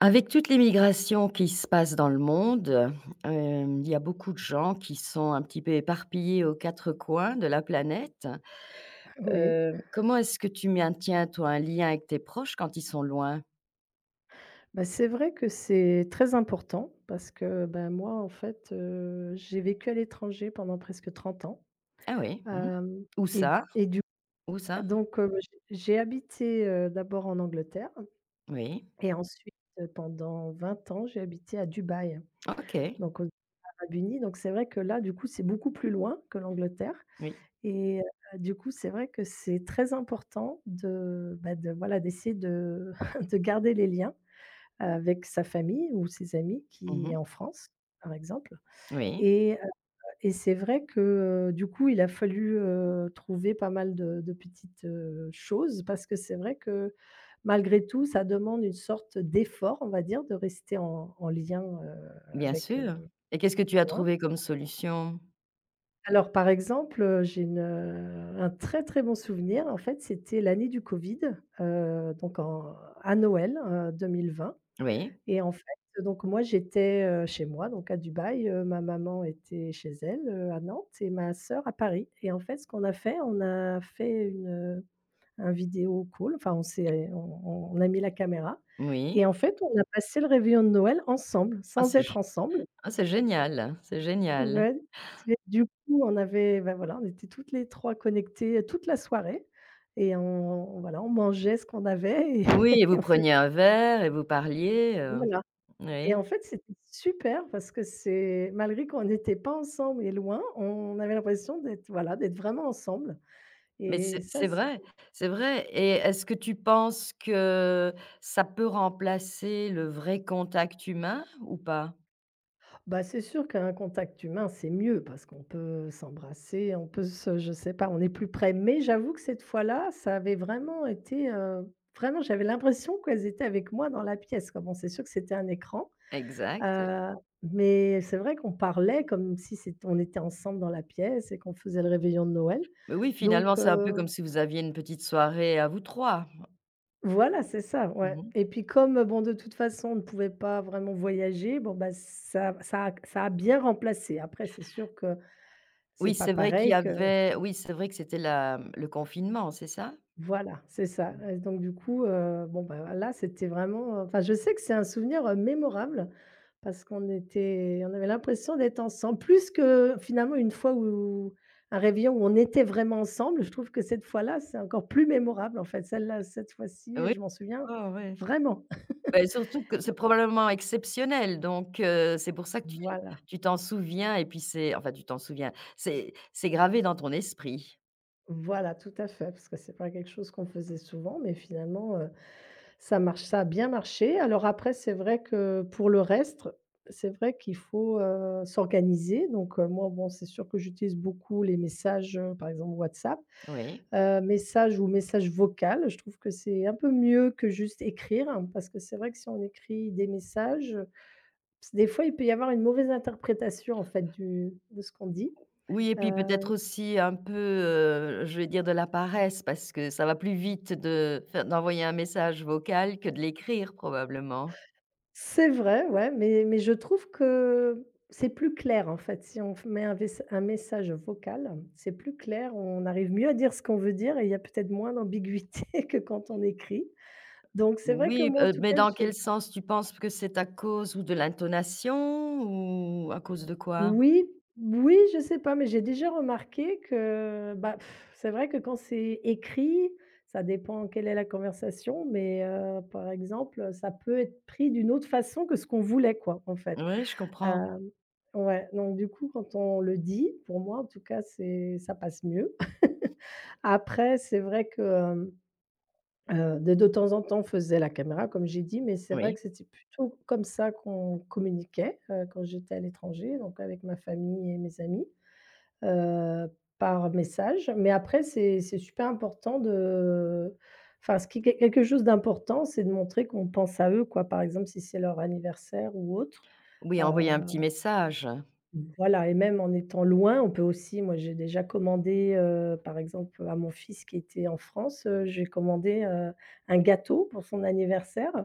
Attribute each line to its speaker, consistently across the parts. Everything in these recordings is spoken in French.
Speaker 1: Avec toutes les migrations qui se passent dans le monde, il y a beaucoup de gens qui sont un petit peu éparpillés aux 4 coins de la planète.
Speaker 2: Oui,
Speaker 1: Comment est-ce que tu maintiens, toi, un lien avec tes proches quand ils sont loin?
Speaker 2: bah, c'est vrai que c'est très important parce que, ben moi, en fait, j'ai vécu à l'étranger pendant presque 30 ans.
Speaker 1: Ah oui, mmh.
Speaker 2: Hem
Speaker 1: Où
Speaker 2: et
Speaker 1: ça?
Speaker 2: et du
Speaker 1: Où
Speaker 2: ah,
Speaker 1: ça?
Speaker 2: donc j'ai habité, d'abord en Angleterre
Speaker 1: Oui.
Speaker 2: et ensuite, pendant 20 ans, j'ai habité à Dubaï,
Speaker 1: OK.
Speaker 2: donc aux Arabes Unis, donc c'est vrai que là, du coup, c'est beaucoup plus loin que l'Angleterre.
Speaker 1: Oui.
Speaker 2: Et du coup, c'est vrai que c'est très important de, bah, de voilà, d'essayer de de garder les liens avec sa famille ou ses amis qui est
Speaker 1: Mmh.
Speaker 2: en France, par exemple.
Speaker 1: Oui,
Speaker 2: Et heu et c'est vrai que, du coup, il a fallu, trouver pas mal de petites, choses parce que c'est vrai que malgré tout, ça demande une sorte d'effort, on va dire, de rester en lien,
Speaker 1: bien
Speaker 2: avec,
Speaker 1: sûr. Et qu'est-ce que tu as
Speaker 2: loin.
Speaker 1: trouvé comme solution?
Speaker 2: Alors par exemple, j'ai un très, très bon souvenir. En fait, c'était l'année du covid, donc en à Noël, 2020.
Speaker 1: Oui,
Speaker 2: Et en fait, donc moi, j'étais, chez moi, donc à Dubaï. Ma maman était chez elle, à Nantes et ma sœur à Paris et en fait, ce qu'on a fait, on a fait un vidéo call, enfin on a mis la caméra et
Speaker 1: oui.
Speaker 2: en fait, on a passé le réveillon de Noël ensemble,
Speaker 1: Ah
Speaker 2: sans
Speaker 1: c'est
Speaker 2: être
Speaker 1: g
Speaker 2: ensemble.
Speaker 1: Ah c'est génial, c'est génial.
Speaker 2: Ouais, c'est du coup, on avait, ben voilà, on était toutes les 3 connectées toute la soirée et on voilà, on mangeait ce qu'on avait et
Speaker 1: Oui et vous
Speaker 2: on fait
Speaker 1: preniez un verre et vous parliez,
Speaker 2: voilà. Et en
Speaker 1: oui.
Speaker 2: fait, c'était super parce que c'est malgré qu'on n'était pas ensemble et loin, on avait l'impression d'être, voilà, d'être vraiment ensemble
Speaker 1: Mais
Speaker 2: et
Speaker 1: c'est
Speaker 2: ça,
Speaker 1: c'est vrai, c'est vrai et est-ce que tu penses que ça peut remplacer le vrai contact humain ou pas?
Speaker 2: c'est sûr qu'un contact humain, c'est mieux parce qu'on peut s'embrasser, on peut se je sais pas, on est plus près. Mais j'avoue que cette fois-là, ça avait vraiment été, vraiment, j'avais l'impression qu'elles étaient avec moi dans la pièce, quoi. Bon, c'est sûr que c'était un écran,
Speaker 1: Exact.
Speaker 2: heu, mais c'est vrai qu'on parlait comme si c'ét on était ensemble dans la pièce et qu'on faisait le réveillon de Noël.
Speaker 1: Mais oui, finalement,
Speaker 2: Donc
Speaker 1: c'est un peu
Speaker 2: heu
Speaker 1: comme si vous aviez une petite soirée à vous 3.
Speaker 2: Voilà, c'est ça, ouais
Speaker 1: Mmh.
Speaker 2: et puis comme, bon, de toute façon, on ne pouvait pas vraiment voyager, bon, bah, ça a bien remplacé. Après, c'est sûr que c'est
Speaker 1: Oui,
Speaker 2: pas
Speaker 1: c'est vrai qu'il y
Speaker 2: pareil que
Speaker 1: avait oui, c'est vrai que c'était la mmh, le confinement, c'est ça?
Speaker 2: voilà, c'est ça, donc du coup, bon, bah, là, c'était vraiment, enfin, je sais que c'est un souvenir, mémorable parce qu'on avait l'impression d'être ensemble plus que, finalement, une fois où un réveillon où on était vraiment ensemble. Je trouve que cette fois-là, c'est encore plus mémorable, en fait. Celle-là, cette fois-ci,
Speaker 1: Oui,
Speaker 2: je m'en souviens
Speaker 1: oh ouais.
Speaker 2: vraiment.
Speaker 1: Beh, surtout que c'est probablement exceptionnel donc c'est pour ça que tu
Speaker 2: Voilà.
Speaker 1: tu t'en souviens et puis c'est enfin tu t'en souviens, c'est gravé dans ton esprit.
Speaker 2: Voilà, tout à fait, parce que c'est pas quelque chose qu'on faisait souvent, mais finalement, ça a bien marché. Alors après, c'est vrai que pour le reste, c'est vrai qu'il faut, s'organiser. Donc, moi, bon, c'est sûr que j'utilise beaucoup les messages, par exemple WhatsApp,
Speaker 1: Oui.
Speaker 2: message ou message vocal. Je trouve que c'est un peu mieux que juste écrire, hein, parce que c'est vrai que si on écrit des messages, des fois, il peut y avoir une mauvaise interprétation, en fait, du de ce qu'on dit.
Speaker 1: Oui et puis peut-être
Speaker 2: heu
Speaker 1: aussi un peu, je vais dire de la paresse parce que ça va plus vite de faire d'envoyer un message vocal que de l'écrire probablement?
Speaker 2: C'est vrai, ouais, mais je trouve que c'est plus clair, en fait. Si on f met un message vocal, c'est plus clair, on arrive mieux à dire ce qu'on veut dire et il y a peut-être moins d'ambiguïté que quand on écrit. Donc c'est vrai que
Speaker 1: Oui,
Speaker 2: moi, en tout
Speaker 1: mais
Speaker 2: cas,
Speaker 1: dans
Speaker 2: je
Speaker 1: quel sens? Tu penses que c'est à cause ou de l'intonation ou à cause de quoi?
Speaker 2: oui, oui, je sais pas, mais j'ai déjà remarqué que, bah, pff, c'est vrai que quand c'est écrit, ça dépend quelle est la conversation, mais par exemple, ça peut être pris d'une autre façon que ce qu'on voulait, quoi, en fait.
Speaker 1: Oui, je comprends.
Speaker 2: Hem, ouais, donc du coup, quand on le dit, pour moi en tout cas, c'est ça passe mieux. Après, c'est vrai que, de temps en temps, on faisait la caméra comme j'ai dit, mais c'est vrai
Speaker 1: Oui.
Speaker 2: que c'était plutôt comme ça qu'on communiquait, quand j'étais à l'étranger, donc avec ma famille et mes amis, heu, par message. Mais après, c'est super important de enfin, ce qui est quelque chose d'important, c'est de montrer qu'on pense à eux, quoi. Par exemple, si c'est leur anniversaire ou autre, heu
Speaker 1: Oui, envoyer un petit message.
Speaker 2: voilà et même en étant loin, on peut aussi moi j'ai déjà commandé, par exemple, à mon fils qui était en France, j'ai commandé, un gâteau pour son anniversaire,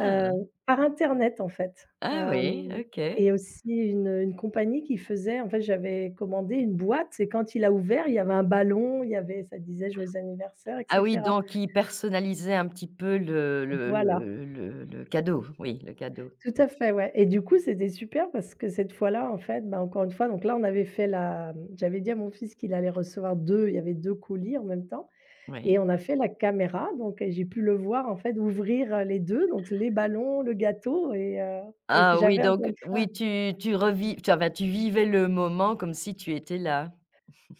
Speaker 2: heu, par internet en fait.
Speaker 1: Ah oui,
Speaker 2: Hem
Speaker 1: OK.
Speaker 2: et aussi une, compagnie qui faisait en fait, j'avais commandé une boîte et quand il a ouvert, il y avait un ballon, il y avait ça disait: «Joyeux anniversaire» et
Speaker 1: Ah oui,
Speaker 2: cetera.
Speaker 1: donc il personnalisait un petit peu le le
Speaker 2: Voilà.
Speaker 1: le le le cadeau. Oui, le cadeau.
Speaker 2: Tout à fait, ouais et du coup, c'était super parce que cette fois-là, en fait, bah, encore une fois, donc là, on avait fait j'avais dit à mon fils qu'il allait recevoir 2. Il y avait 2 colis en même temps et
Speaker 1: Oui.
Speaker 2: on a fait la caméra donc et j'ai pu le voir, en fait, ouvrir, les 2, donc les ballons, le gâteau et
Speaker 1: Ah oui,
Speaker 2: j'avais encore
Speaker 1: donc
Speaker 2: une fois
Speaker 1: oui, tu revis tu enfin, tu vivais le moment comme si tu étais là.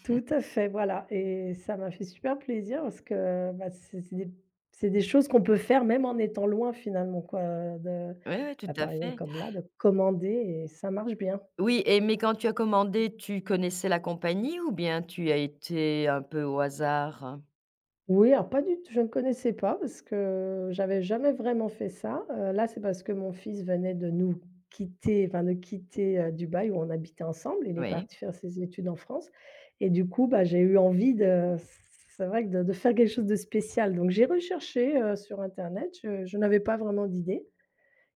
Speaker 2: tout à fait, voilà et ça m'a fait super plaisir parce que, bah, c'est des choses qu'on peut faire même en étant loin finalement quoi, de
Speaker 1: Oui, oui, tout
Speaker 2: bah,
Speaker 1: à
Speaker 2: par exemple
Speaker 1: fait.
Speaker 2: comme là, de commander et ça marche bien.
Speaker 1: Oui et mais quand tu as commandé, tu connaissais la compagnie ou bien tu as été un peu au hasard?
Speaker 2: Oui, alors pas du tout je ne connaissais pas parce que j'avais jamais vraiment fait ça, là, c'est parce que mon fils venait de nous quitter, enfin de quitter, Dubaï où on habitait ensemble. Il est
Speaker 1: Oui.
Speaker 2: parti faire ses études en France et du coup, bah, j'ai eu envie de c'est vrai que de faire quelque chose de spécial donc j'ai recherché, sur internet, je n'avais pas vraiment d'idée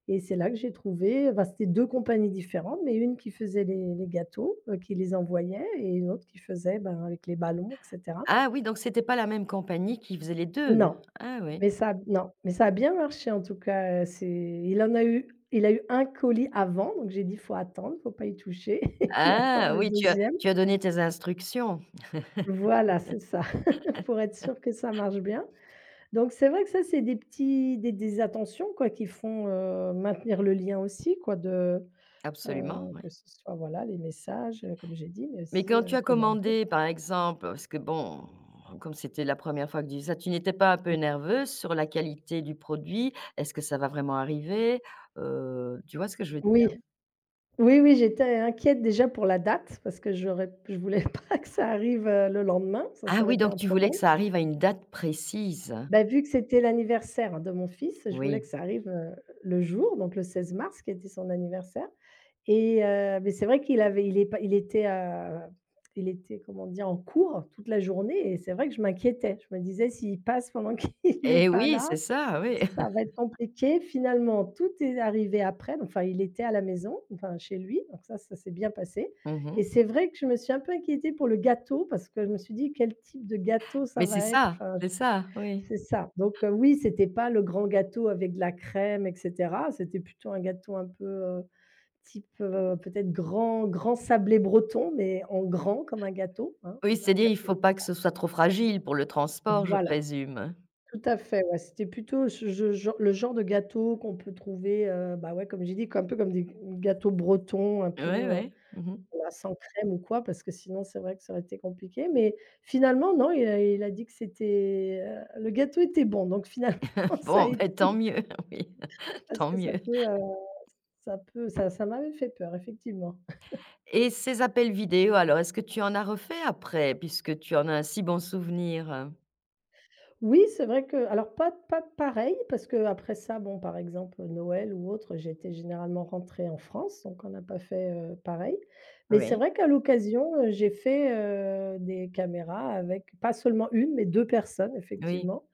Speaker 2: et c'est là que j'ai trouvé, enfin, c'était 2 compagnies différentes, mais une qui faisait les gâteaux, qui les envoyait et une autre qui faisait, ben, avec les ballons et cetera.
Speaker 1: Ah oui, donc c'était pas la même compagnie qui faisait les deux.
Speaker 2: Non.
Speaker 1: Ah oui.
Speaker 2: Mais ça a non, mais ça a bien marché en tout cas, c'est il a eu un colis avant, donc j'ai dit: «Faut attendre, faut pas y toucher» et puis attendre
Speaker 1: Ah
Speaker 2: le
Speaker 1: oui, tu as
Speaker 2: deuxième.
Speaker 1: tu as donné tes instructions.
Speaker 2: Voilà, c'est ça, pour être sûr que ça marche bien. Donc c'est vrai que ça, c'est des petits des attentions quoi qui font, maintenir le lien aussi quoi de,
Speaker 1: Absolument,
Speaker 2: que
Speaker 1: oui.
Speaker 2: ce soit voilà les messages, comme j'ai dit, mais
Speaker 1: Mais
Speaker 2: aussi,
Speaker 1: quand tu as
Speaker 2: commander.
Speaker 1: commandé, par exemple, parce que bon, comme c'était la première fois que tu faisais ça, tu n'étais pas un peu nerveuse sur la qualité du produit? Est-ce que ça va vraiment arriver? Tu vois ce que je veux dire?
Speaker 2: Oui, oui, oui, j'étais inquiète déjà pour la date parce que j'aurais je voulais pas que ça arrive, le lendemain, ça
Speaker 1: Ah
Speaker 2: ça aurait
Speaker 1: oui,
Speaker 2: été
Speaker 1: donc
Speaker 2: un
Speaker 1: tu voulais
Speaker 2: problème.
Speaker 1: que ça arrive à une date précise?
Speaker 2: Bah, vu que c'était l'anniversaire de mon fils, je voulais que
Speaker 1: Oui.
Speaker 2: ça arrive, le jour, donc le 16 mars qui était son anniversaire mais c'est vrai qu'il avait il est pas il était, comment dire? En cours toute la journée et c'est vrai que je m'inquiétais. Je me disais: «S'il passe pendant qu'il est
Speaker 1: Et
Speaker 2: pas
Speaker 1: oui,
Speaker 2: là,
Speaker 1: c'est ça, oui.
Speaker 2: ça va être compliqué». Finalement, tout est arrivé après, enfin, il était à la maison, enfin, chez lui, donc ça s'est bien passé
Speaker 1: Mmh.
Speaker 2: et c'est vrai que je me suis un peu inquiétée pour le gâteau parce que je me suis dit: «Quel type de gâteau ça
Speaker 1: Mais
Speaker 2: va être ?» enfin
Speaker 1: c'est ça, oui.
Speaker 2: c'est ça. Donc oui, c'était pas le grand gâteau avec de la crème et cetera. C'était plutôt un gâteau un peu, type, peut-être grand grand sablé breton, mais en grand comme un gâteau, hein.
Speaker 1: Oui,
Speaker 2: On va
Speaker 1: c'est-à-dire
Speaker 2: dire
Speaker 1: il
Speaker 2: que
Speaker 1: faut
Speaker 2: c'était
Speaker 1: pas que
Speaker 2: pas
Speaker 1: ce soit trop fragile pour le transport, je
Speaker 2: voilà,
Speaker 1: présume?
Speaker 2: tout à fait, ouais, c'était plutôt ce je gen le genre de gâteau qu'on peut trouver, bah, ouais, comme j'ai dit, un peu comme des gâteaux bretons un peu,
Speaker 1: Oui, oui. Mmh.
Speaker 2: voilà, sans crème ou quoi, parce que sinon c'est vrai que ça aurait été compliqué. Mais finalement non, il a dit que le gâteau était bon, donc finalement ça a
Speaker 1: Bon,
Speaker 2: été.
Speaker 1: ben tant mieux, oui,
Speaker 2: Parce
Speaker 1: tant
Speaker 2: que ça
Speaker 1: mieux.
Speaker 2: peut, ça peut ça ça m'avait fait peur effectivement.
Speaker 1: Et ces appels vidéo alors, est-ce que tu en as refait après? Puisque tu en as un si bon souvenir,
Speaker 2: Oui, c'est vrai que alors pas pareil parce qu'après ça, bon, par exemple, Noël ou autre, j'étais généralement rentrée en France, donc on n'a pas fait, pareil. Mais c'est
Speaker 1: Oui.
Speaker 2: vrai qu'à l'occasion, j'ai fait, des caméras avec pas seulement une, mais 2 personnes
Speaker 1: Oui,
Speaker 2: effectivement,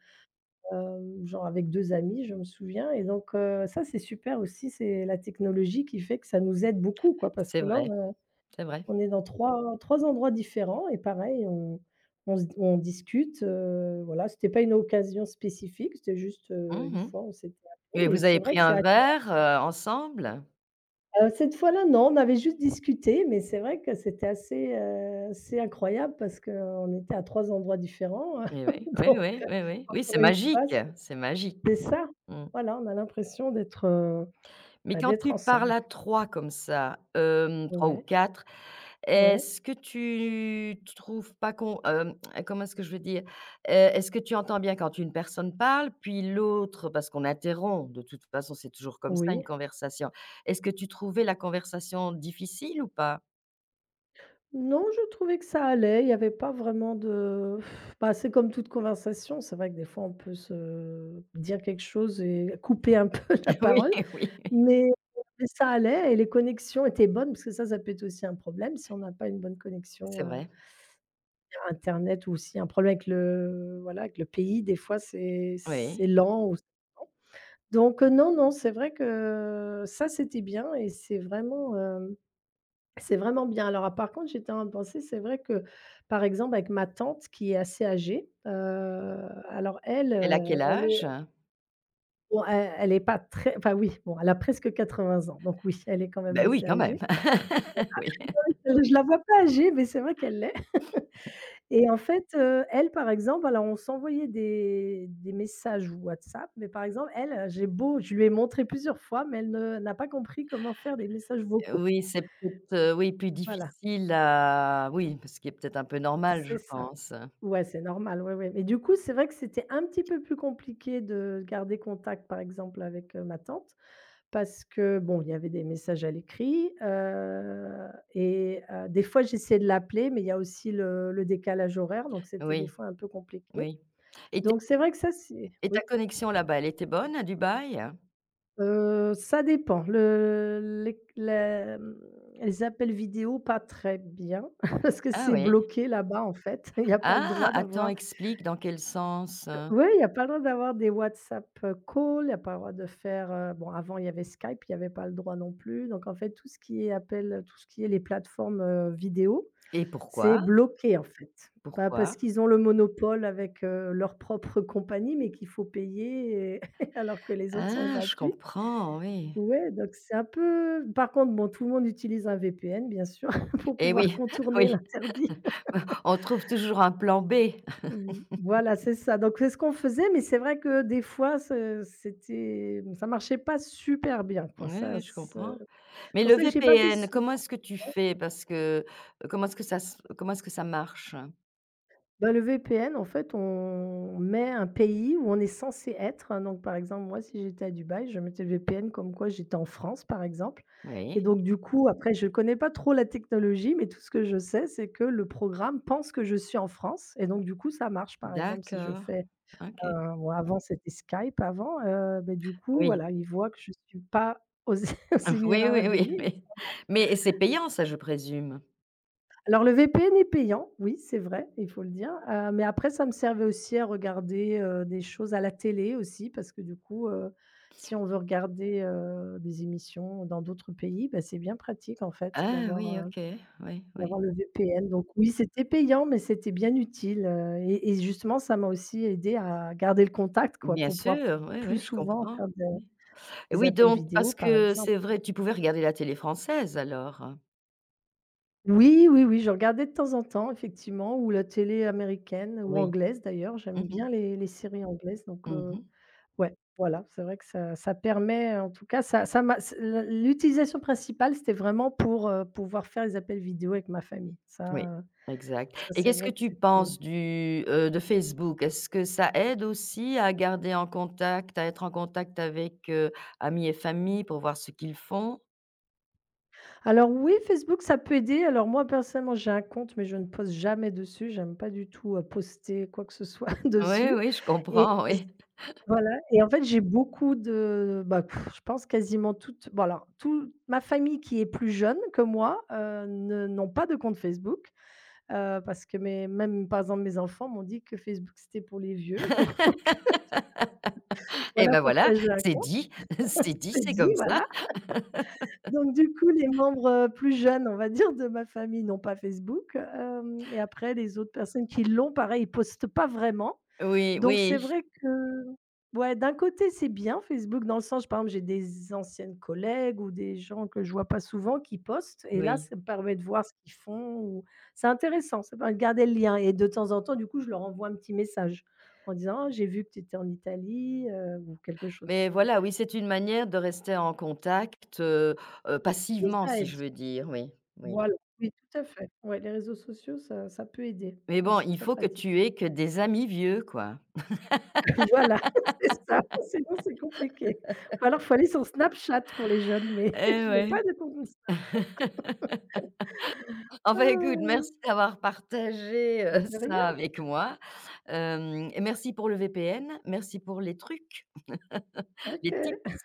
Speaker 2: genre avec 2 amis, je me souviens, et donc ça c'est super aussi, c'est la technologie qui fait que ça nous aide beaucoup quoi, parce
Speaker 1: c'est
Speaker 2: que là,
Speaker 1: vrai,
Speaker 2: on a...
Speaker 1: c'est vrai.
Speaker 2: On est dans trois endroits différents et pareil, on discute, voilà, c'était pas une occasion spécifique, c'était juste, une
Speaker 1: Mmh.
Speaker 2: fois, on s'était
Speaker 1: Et
Speaker 2: appelés et
Speaker 1: vous
Speaker 2: c'est
Speaker 1: avez
Speaker 2: vrai
Speaker 1: pris
Speaker 2: que c'est
Speaker 1: un
Speaker 2: ac
Speaker 1: verre, ensemble?
Speaker 2: cette fois-là, non, on avait juste discuté, mais c'est vrai que c'était assez, assez incroyable parce qu'on était à 3 endroits différents,
Speaker 1: Et oui, oui,
Speaker 2: donc
Speaker 1: oui,
Speaker 2: euh,
Speaker 1: oui, oui. Oui, c'est
Speaker 2: encore une fois,
Speaker 1: magique, c'est magique.
Speaker 2: c'est ça.
Speaker 1: Mmh.
Speaker 2: Voilà, on a l'impression d'être,
Speaker 1: Mais
Speaker 2: bah,
Speaker 1: quand
Speaker 2: d'être
Speaker 1: tu parles
Speaker 2: ensemble.
Speaker 1: à 3 comme ça, 3 ou
Speaker 2: Ouais,
Speaker 1: 4.
Speaker 2: ouais,
Speaker 1: Est-ce que tu trouves pas qu'on comment est-ce que je veux dire? Est-ce que tu entends bien quand une personne parle, puis l'autre parce qu'on interrompt, de toute façon, c'est toujours comme ça
Speaker 2: oui.
Speaker 1: une conversation. Est-ce que tu trouvais la conversation difficile ou pas?
Speaker 2: Non, je trouvais que ça allait, il n'y avait pas vraiment de... Bah, c'est comme toute conversation, c'est vrai que des fois on peut se dire quelque chose et couper un peu la
Speaker 1: Oui,
Speaker 2: parole,
Speaker 1: oui, oui,
Speaker 2: mais ça allait et les connexions étaient bonnes parce que ça peut être aussi un problème si on n'a pas une bonne connexion,
Speaker 1: c'est vrai,
Speaker 2: internet, ou aussi un problème avec le... voilà, avec le pays, des fois c'est
Speaker 1: oui.
Speaker 2: lent ou c'est lent. Donc non, non, c'est vrai que ça, c'était bien et euh, c'est vraiment bien. Alors, par contre, j'étais en train de penser, c'est vrai que, par exemple, avec ma tante qui est assez âgée, alors elle,
Speaker 1: Elle a quel
Speaker 2: elle est
Speaker 1: âge?
Speaker 2: bon, e elle est pas très... enfin oui, bon, elle a presque 80 ans, donc oui, elle est quand même
Speaker 1: Bah, oui,
Speaker 2: assez
Speaker 1: quand même.
Speaker 2: âgée.
Speaker 1: Oui.
Speaker 2: Je la vois pas âgée, mais c'est vrai qu'elle l'est, et en fait, elle, par exemple, alors on s'envoyait des messages WhatsApp, mais par exemple, elle, j'ai beau... je lui ai montré plusieurs fois, mais elle ne n'a pas compris comment faire des messages vocaux.
Speaker 1: Oui, c'est peut-être, oui, plus
Speaker 2: Voilà,
Speaker 1: difficile à oui, ce qui est peut-être un peu normal, je
Speaker 2: c'est ça.
Speaker 1: pense.
Speaker 2: Ouais, c'est normal, ouais, ouais. Mais du coup, c'est vrai que c'était un petit peu plus compliqué de garder contact, par exemple, avec, ma tante, parce que, bon, il y avait des messages à l'écrit, et des fois, j'essayais de l'appeler, mais il y a aussi le décalage horaire, donc c'était des
Speaker 1: Oui,
Speaker 2: fois un peu compliqué.
Speaker 1: oui. Et
Speaker 2: Donc c'est vrai que ça, c'est
Speaker 1: Et
Speaker 2: oui,
Speaker 1: ta connexion là-bas, elle était bonne à Dubaï?
Speaker 2: ça dépend. Le les la, mmh, les appels vidéo, pas très bien parce que
Speaker 1: Ah
Speaker 2: c'est
Speaker 1: oui.
Speaker 2: bloqué là-bas, en fait. Il y a pas le
Speaker 1: Ah!
Speaker 2: droit
Speaker 1: Attends,
Speaker 2: d'avoir...
Speaker 1: explique dans quel sens,
Speaker 2: Ouais, il y a pas le droit d'avoir des WhatsApp, calls, il y a pas le droit de faire, bon, avant il y avait Skype, il y avait pas le droit non plus. Donc en fait, tout ce qui est appel, tout ce qui est les plateformes, vidéo,
Speaker 1: Et
Speaker 2: c'est
Speaker 1: pourquoi?
Speaker 2: bloqué en fait. Bah, parce
Speaker 1: Pourquoi?
Speaker 2: qu'ils ont le monopole avec, leur propre compagnie, mais qu'il faut payer, et alors que les autres sont
Speaker 1: Ah, je
Speaker 2: gratuits.
Speaker 1: comprends, oui.
Speaker 2: Ouais, donc c'est un peu... par contre bon, tout le monde utilise un VPN bien sûr pour
Speaker 1: Et
Speaker 2: pouvoir
Speaker 1: oui,
Speaker 2: contourner
Speaker 1: oui,
Speaker 2: l'interdit.
Speaker 1: on trouve toujours un plan B.
Speaker 2: Mmh, voilà, c'est ça. Donc c'est ce qu'on faisait, mais c'est vrai que des fois, ce c'était... ça marchait pas super bien,
Speaker 1: Oui,
Speaker 2: quoi. Ça
Speaker 1: oui,
Speaker 2: se...
Speaker 1: je comprends.
Speaker 2: c'est
Speaker 1: Mais
Speaker 2: pour
Speaker 1: le
Speaker 2: ça que j'ai pas fait
Speaker 1: VPN,
Speaker 2: souvent.
Speaker 1: comment est-ce que tu fais? Parce que, comment est-ce que ça se comment est-ce que ça marche?
Speaker 2: Bah, le VPN, en fait, on met un pays où on est censé être. Donc par exemple, moi, si j'étais à Dubaï, je mettais le VPN comme quoi j'étais en France, par exemple, et
Speaker 1: Oui,
Speaker 2: donc du coup, après, je connais pas trop la technologie, mais tout ce que je sais, c'est que le programme pense que je suis en France et donc du coup, ça marche, par exemple, si je
Speaker 1: d'accord,
Speaker 2: fais...
Speaker 1: OK.
Speaker 2: Bon avant c'était Skype, avant, beh, du coup
Speaker 1: Oui.
Speaker 2: voilà, ils voient que je suis pas aux aux Émirats
Speaker 1: Oui, oui,
Speaker 2: Arabes
Speaker 1: oui,
Speaker 2: Unis.
Speaker 1: oui. Mais c'est payant ça, je présume?
Speaker 2: Alors le VPN est payant, oui c'est vrai, il faut le dire, mais après ça me servait aussi à regarder, des choses à la télé aussi parce que du coup, si on veut regarder, des émissions dans d'autres pays, bah, c'est bien pratique en fait
Speaker 1: Ah
Speaker 2: d'avoir,
Speaker 1: oui, OK, oui, oui.
Speaker 2: d'avoir le VPN. Donc oui, c'était payant, mais c'était bien utile, et justement ça m'a aussi aidé à garder le contact quoi,
Speaker 1: Bien
Speaker 2: pour pouvoir
Speaker 1: sûr, oui,
Speaker 2: plus
Speaker 1: oui, je
Speaker 2: souvent
Speaker 1: comprends.
Speaker 2: faire...
Speaker 1: Oui. Et
Speaker 2: Des
Speaker 1: oui,
Speaker 2: appels
Speaker 1: donc
Speaker 2: vidéo,
Speaker 1: parce
Speaker 2: par
Speaker 1: que
Speaker 2: exemple.
Speaker 1: c'est vrai, tu pouvais regarder la télé française alors?
Speaker 2: Oui, oui, oui, je regardais de temps en temps, effectivement, ou la télé américaine ou
Speaker 1: Oui.
Speaker 2: anglaise d'ailleurs.
Speaker 1: Mmh
Speaker 2: J'aime
Speaker 1: mh.
Speaker 2: bien les séries anglaises, donc
Speaker 1: Mmh.
Speaker 2: ouais, voilà, c'est vrai que ça permet, en tout cas, ça m'a... c l l'utilisation principale, c'était vraiment pour, pouvoir faire les appels vidéo avec ma famille.
Speaker 1: Oui,
Speaker 2: Ça,
Speaker 1: exact
Speaker 2: ça,
Speaker 1: et
Speaker 2: c'est
Speaker 1: qu'est-ce que
Speaker 2: vrai que
Speaker 1: tu
Speaker 2: c'était...
Speaker 1: penses du, de Facebook? Est-ce que ça aide aussi à garder en contact, à être en contact avec, amis et famille pour voir ce qu'ils font?
Speaker 2: alors oui, Facebook, ça peut aider. Alors moi, personnellement, j'ai un compte, mais je ne poste jamais dessus. J'aime pas du tout, poster quoi que ce soit
Speaker 1: Oui,
Speaker 2: dessus,
Speaker 1: oui, je
Speaker 2: et...
Speaker 1: comprends, oui.
Speaker 2: voilà, et en fait, j'ai beaucoup de... bah, pff, je pense quasiment toute... bon alors, toute ma famille qui est plus jeune que moi, ne n'ont pas de compte Facebook, parce que mes même par exemple mes enfants m'ont dit que Facebook c'était pour les vieux, donc
Speaker 1: Et
Speaker 2: voilà
Speaker 1: ben, voilà,
Speaker 2: pourquoi j'ai un
Speaker 1: c'est
Speaker 2: compte,
Speaker 1: dit, c'est dit,
Speaker 2: c'est
Speaker 1: c'est
Speaker 2: dit,
Speaker 1: comme ça.
Speaker 2: voilà. Donc du coup, les membres, plus jeunes, on va dire, de ma famille n'ont pas Facebook, hem et après les autres personnes qui l'ont, pareil, ils postent pas vraiment.
Speaker 1: Oui,
Speaker 2: Donc c'est
Speaker 1: oui,
Speaker 2: vrai que... ouais, d'un côté, c'est bien Facebook dans le sens, par exemple, j'ai des anciennes collègues ou des gens que je vois pas souvent qui postent et là,
Speaker 1: oui.
Speaker 2: ça me permet de voir ce qu'ils font, ou c'est intéressant, ça permet de garder le lien et de temps en temps, du coup, je leur envoie un petit message en disant: «Ah, j'ai vu que tu étais en Italie», ou quelque chose.
Speaker 1: Mais voilà, oui, c'est une manière de rester en contact,
Speaker 2: Oui,
Speaker 1: passivement,
Speaker 2: ça
Speaker 1: si
Speaker 2: aide.
Speaker 1: je veux dire, oui, oui.
Speaker 2: Voilà, oui, tout à fait. Ouais, les réseaux sociaux, ça peut aider
Speaker 1: Mais
Speaker 2: et
Speaker 1: bon,
Speaker 2: c'est
Speaker 1: il
Speaker 2: très
Speaker 1: faut que tu
Speaker 2: pratique.
Speaker 1: aies que des amis vieux, quoi.
Speaker 2: Voilà, c'est ça, sinon c'est compliqué. Ou alors, il faut aller sur Snapchat pour les jeunes, mais
Speaker 1: Eh
Speaker 2: je n'ai pas
Speaker 1: ouais.
Speaker 2: de compte Insta.
Speaker 1: Enfin, écoute, merci d'avoir partagé,
Speaker 2: Ça te dit rien?
Speaker 1: ça avec moi, hem et merci pour le VPN, merci pour les trucs, les
Speaker 2: OK.
Speaker 1: tips.